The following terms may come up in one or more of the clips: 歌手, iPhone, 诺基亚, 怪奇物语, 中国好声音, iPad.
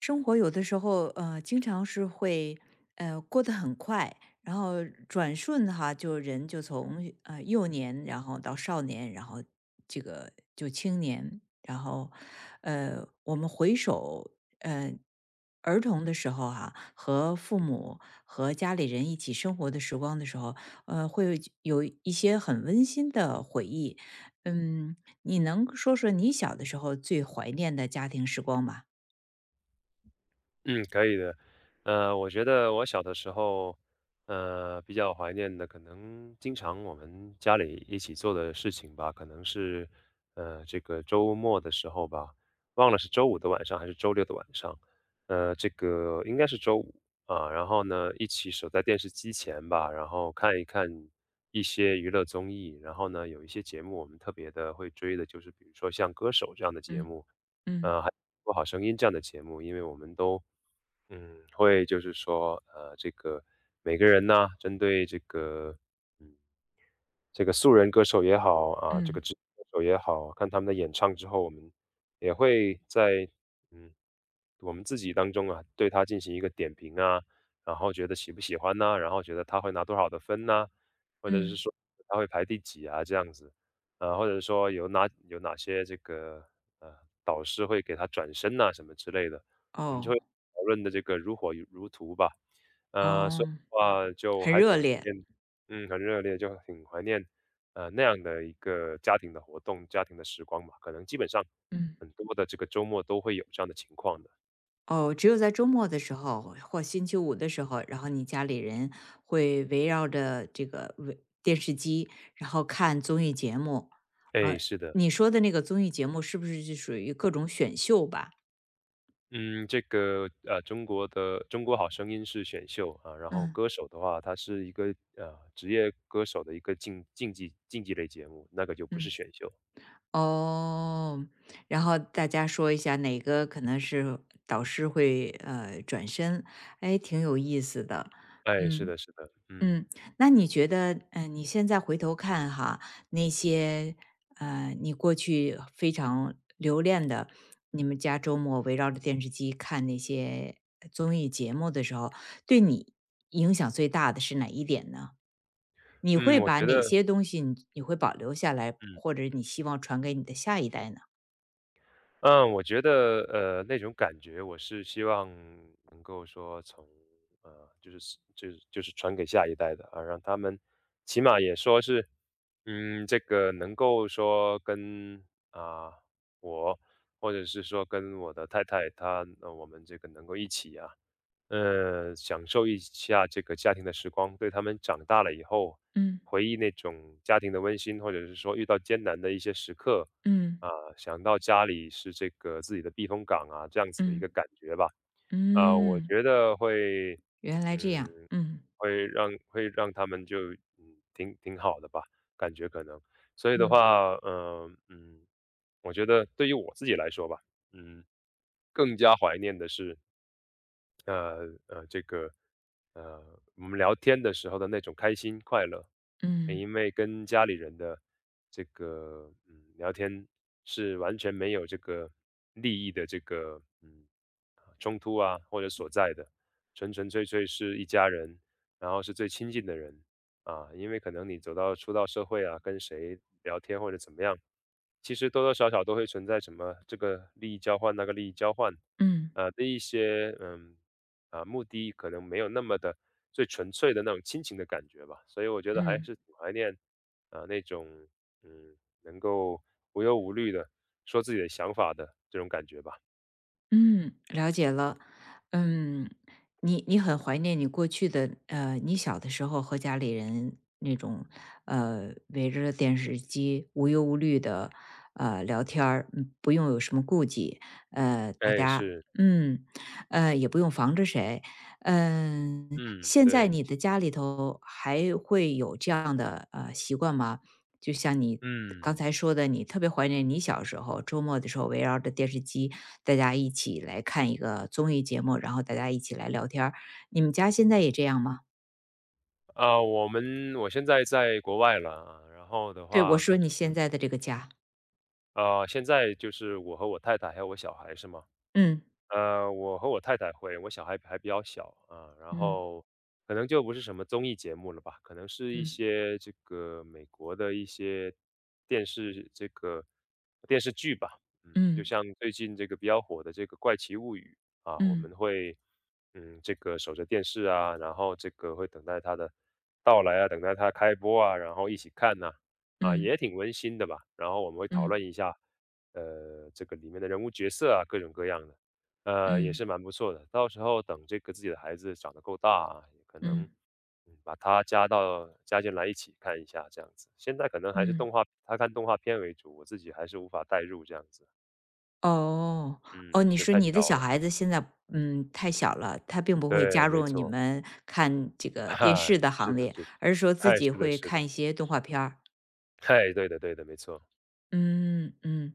生活有的时候，经常是会，过得很快，然后转瞬哈，就人就从幼年，然后到少年，然后这个就青年，然后，我们回首，呃，儿童的时候哈、和父母和家里人一起生活的时光的时候，会有一些很温馨的回忆。嗯，你能说说你小的时候最怀念的家庭时光吗？嗯，可以的。我觉得我小的时候，比较怀念的，可能经常我们家里一起做的事情吧，可能是，这个周末的时候吧，忘了是周五的晚上还是周六的晚上，这个应该是周五啊。然后呢，一起守在电视机前吧，然后看一看一些娱乐综艺。然后呢，有一些节目我们特别的会追的，就是比如说像《歌手》这样的节嗯目，嗯。还有《中国好声音》这样的节目，因为我们都会就是说，这个每个人呢，针对这个，嗯，这个素人歌手也好啊，这个嗯职业歌手也好，看他们的演唱之后，我们也会在嗯我们自己当中啊，对他进行一个点评啊，然后觉得喜不喜欢呐、然后觉得他会拿多少的分呐、或者是嗯，说他会排第几啊这样子，啊，或者说有哪些这个呃导师会给他转身呐、什么之类的，我们就会哦讨论的这个如火如荼吧，所以哦，的话就很还热挺怀烈。念。嗯，很热烈，就挺怀念，那样的一个家庭的活动、家庭的时光吧。可能基本上嗯，很多的这个周末都会有这样的情况的。哦，只有在周末的时候或星期五的时候，然后你家里人会围绕着这个围电视机，然后看综艺节目。哎，呃，是的。你说的那个综艺节目是不是就属于各种选秀吧？嗯，这个中国的《中国好声音》是选秀啊，然后嗯歌手的话，它是一个职业歌手的一个竞技类节目，那个就不是嗯选秀。哦，然后大家说一下哪个可能是导师会转身，哎，挺有意思的。哎，是嗯，的，是的，嗯嗯，那你觉得，你现在回头看哈，那些你过去非常留恋的，你们家周末围绕着电视机看那些综艺节目的时候，对你影响最大的是哪一点呢？你嗯，会我把觉哪得，些东西你会保留下来，嗯。或者你希望传给你的下一代呢？嗯，我觉得那种感觉，我是希望能够说从就是传给下一代的啊，让他们起码也说是这个能够说跟啊、我或者是说跟我的太太她我们这个能够一起啊享受一下这个家庭的时光，对他们长大了以后，嗯回忆那种家庭的温馨，或者是说遇到艰难的一些时刻，嗯啊，想到家里是这个自己的避风港啊，这样子的一嗯个感觉吧。啊，我嗯，觉得会，原来这样，嗯，嗯会让他们就挺好的吧，感觉可能。所以的嗯话，我觉得对于我自己来说吧，嗯，更加怀念的是。这个呃，我们聊天的时候的那种开心快乐，嗯因为跟家里人的这个聊天是完全没有这个利益的这个冲突啊或者所在的，纯纯粹粹是一家人，然后是最亲近的人啊，因为可能你走到出到社会啊，跟谁聊天或者怎么样。其实多多少少都会存在什么这个利益交换、那个利益交换，嗯啊，的一些目的可能没有那么的最纯粹的那种亲情的感觉吧，所以我觉得还嗯。是挺怀念啊、那种嗯能够无忧无虑的说自己的想法的这种感觉吧。嗯，了解了。嗯，你很怀念你过去的你小的时候和家里人那种围着电视机无忧无虑的聊天儿，不用有什么顾忌，大哎，家是。嗯也不用防着谁，嗯，现在对。你的家里头还会有这样的习惯吗？就像你嗯，刚才说的，你特别怀念你小时候周末的时候围绕着电视机，大家一起来看一个综艺节目，然后大家一起来聊天儿你们家现在也这样吗？啊、我现在在国外了啊，然后的对，我话说可你能现在的这个家。现在就是我和我太太还有我小孩是吗？嗯我和我太太会，我小孩还比较小啊，然嗯后可能就不是什么综艺节目了吧，可能是一嗯些这个美国的一些电视这个电视剧吧。就嗯像最近这个比较火的这个《怪奇物语》啊，我们嗯会这个守着电视啊，然后这个会等待它的到来啊，等待它开播啊，然后一起看呐、啊，嗯也挺温馨的吧，然后我们会讨论嗯一下这个里面的人物角色啊，各种各样的。也嗯是蛮不错的。到时候等这个自己的孩子长得够大啊也可能，嗯把他加进来一起看一下这样子。现在可能还是嗯。动画，他看动画片为主，我自己还是无法代入这样子。哦哦，嗯，你是说太你小的小了。孩子现在太小了，他并不会对，加没入你错。们看这 个电嗨，视的是行的，列，是的。而是说自嗨，己是的，会是的。看一些动画片儿。嗨，对的，对的，没错。嗯嗯，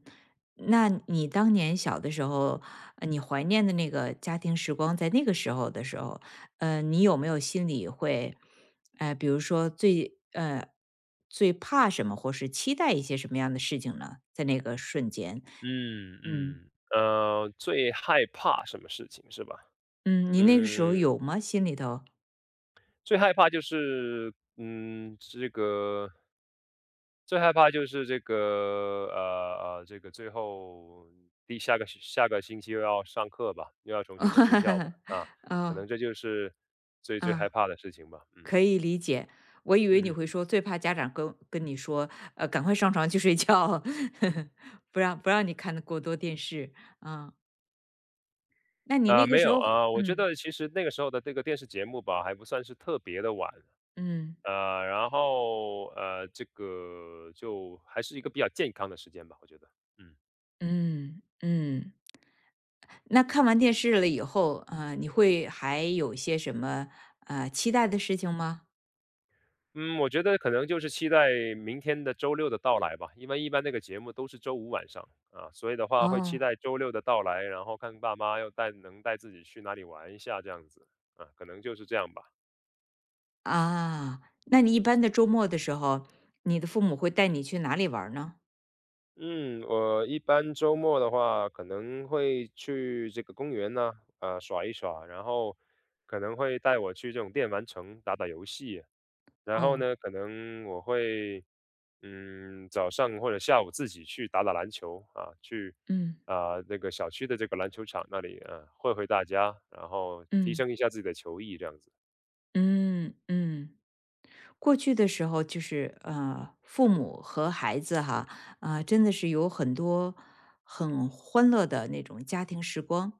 那你当年小的时候，你怀念的那个家庭时光，在那个时候的时候，你有没有心里会，比如说最怕什么，或是期待一些什么样的事情呢？在那个瞬间，嗯嗯嗯，最害怕什么事情是吧？嗯，你那个时候嗯。有吗？心里头？最害怕就是，这个最害怕就是这个，这个最后第下个下个星期又要上课吧，又要重新回学校吧，啊，可哦能这就是最最害啊。怕的事情吧，嗯。可以理解，我以 嗯为你会哼。说最怕家长跟你说，赶快上床去睡觉，不让你看得过多电视，啊，那你那个没时有候啊，我觉嗯，得其实那个时候的这个电视节目吧，还不算是特别的晚，嗯，然后，这个就还是一个比较健康的时间吧，我觉得。嗯。嗯，嗯，那看完电视了以后，啊，你会还有一些什么，期待的事情吗？嗯，我觉得可能就是期待明天的周六的到来吧，因为一般那个节目都是周五晚上啊，所以的话会期哦，待周六的到来，然后看爸妈能带自己去哪里玩一下这样子啊，可能就是这样吧。啊，那你一般的周末的时候，你的父母会带你去哪里玩儿呢？嗯，我一般周末的话，可能会去这个公园呢，耍一耍，然后可能会带我去这种电玩城打打游戏然后哦，呢，可能我会，早上或者下午自己去打打篮球啊，去嗯，啊、那个小区的这个篮球场那里啊会大家，然后提嗯，升一下自己的球艺这样子。嗯，嗯。过去的时候，就是父母和孩子哈啊、真的是有很多很欢乐的那种家庭时光。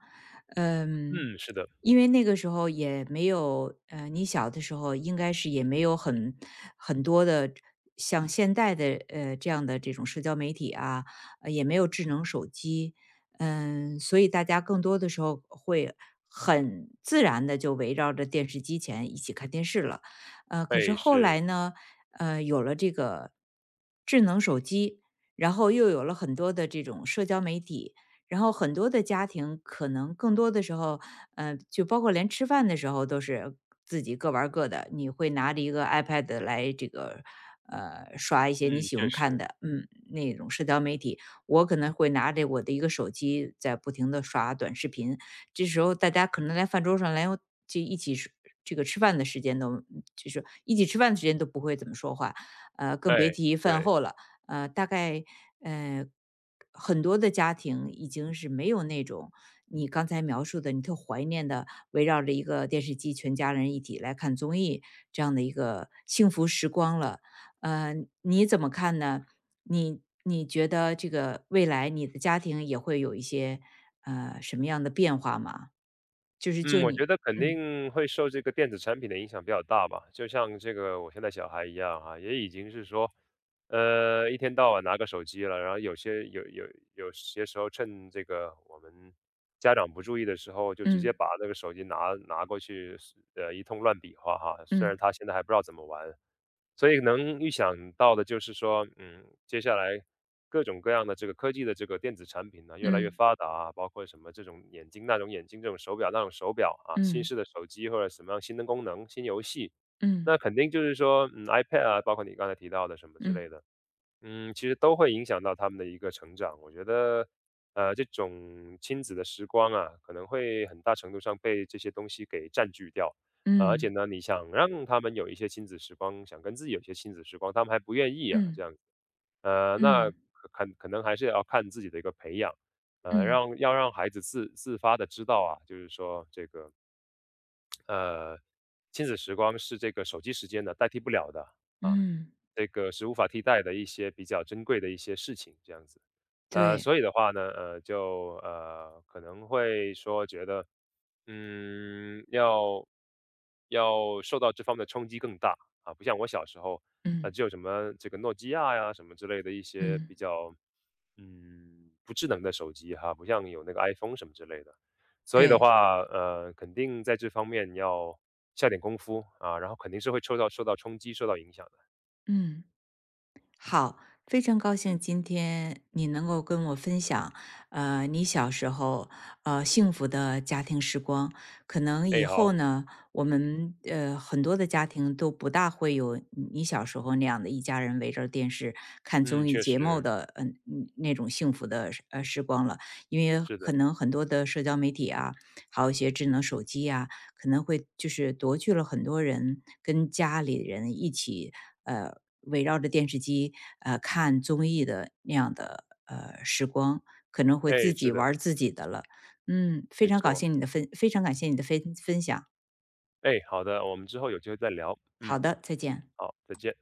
嗯，嗯，是的。因为那个时候也没有你小的时候应该是也没有很多的像现代的这样的这种社交媒体啊，也没有智能手机，嗯，所以大家更多的时候会很自然的就围绕着电视机前一起看电视了。可是哎，后来是。呢，有了这个智能手机，然后又有了很多的这种社交媒体，然后很多的家庭可能更多的时候，就包括连吃饭的时候都是自己各玩儿各的，你会拿着一个 iPad 来这个。刷一嗯，些你喜确欢看实。的，那种社交媒体，我可能会拿着我的一个手机在不停的刷短视频，这时候大家可能连饭桌上连就一起吃这个吃饭的时间都就是一起吃饭的时间都不会怎么说话，更别哎，提饭对。后了。大概呃，很多的家庭已经是没有那种你刚才描述的，你特怀念的围绕着一个电视机，全家人一起来看综艺这样的一个幸福时光了。呃，你怎么看呢？你觉得这个未来你的家庭也会有一些什么样的变化吗？就是就嗯，我你，觉得肯嗯定会受这个电子产品的影响比较大吧，就像这个我现在小孩一样啊，也已经是说，一天到晚拿个手机了，然后有些时候趁这个我们家长不注意的时候，就直接嗯把那个手机拿过去，一通乱比划哈。虽然嗯他现在还不知道怎么玩，所以能预想到的就是说，接下来各种各样的这个科技的这个电子产品呢，越来越嗯发达啊，包括什么这种眼镜那种眼镜，这种手表那种手表啊，新嗯嗯式的手机或者什么样新的功能、新游戏，嗯。那肯定就是说，iPad 啊，包括你刚才提到的什么之类嗯，的，其实都会影响到他们的一个成长。我觉得，这种亲子的时光啊，可能会很大程度上被这些东西给占据掉。而且嗯，呢，你想让他们有一些亲子时光，想跟自己有一些亲子时光，他们还不愿意啊，这嗯，样子。那嗯，可能还是要看自己的一个培养，嗯，嗯，要让孩子自发的知道啊，就是说这个呃，亲子时光是这个手机时间呢代替不了的啊，嗯这个是无法替代的一些比较珍贵的一些事情，这样子。对，所以的话呢，就可能会说觉得，嗯，要要受到这方面的冲击更大啊，不像我小时候，啊，嗯，只有什么这个诺基亚呀什么之类的一些嗯，比较，不智能的手机哈，不像有那个 iPhone 什么之类的。所以的对，话，肯定在这方面要下点功夫啊，然后肯定是会受到冲击、受到影响的。嗯。好，非常高兴今天你能够跟我分享，你小时候幸福的家庭时光。可能哎，以好。后呢，我们很多的家庭都不大会有你小时候那样的一家人围着电视看嗯，综艺确节目实的那种幸福的时光了，因为是可的。能很多的社交媒体啊，还有一些智能手机呀、可能会就是夺去了很多人跟家里人一起，呃，围绕着电视机，看综艺的那样的，时光，可能会哎，自是己玩的，儿自己的了。嗯，没错。非常感谢你的分享。哎，好的，我们之后有机会再聊，嗯，好的，再见。好，再见。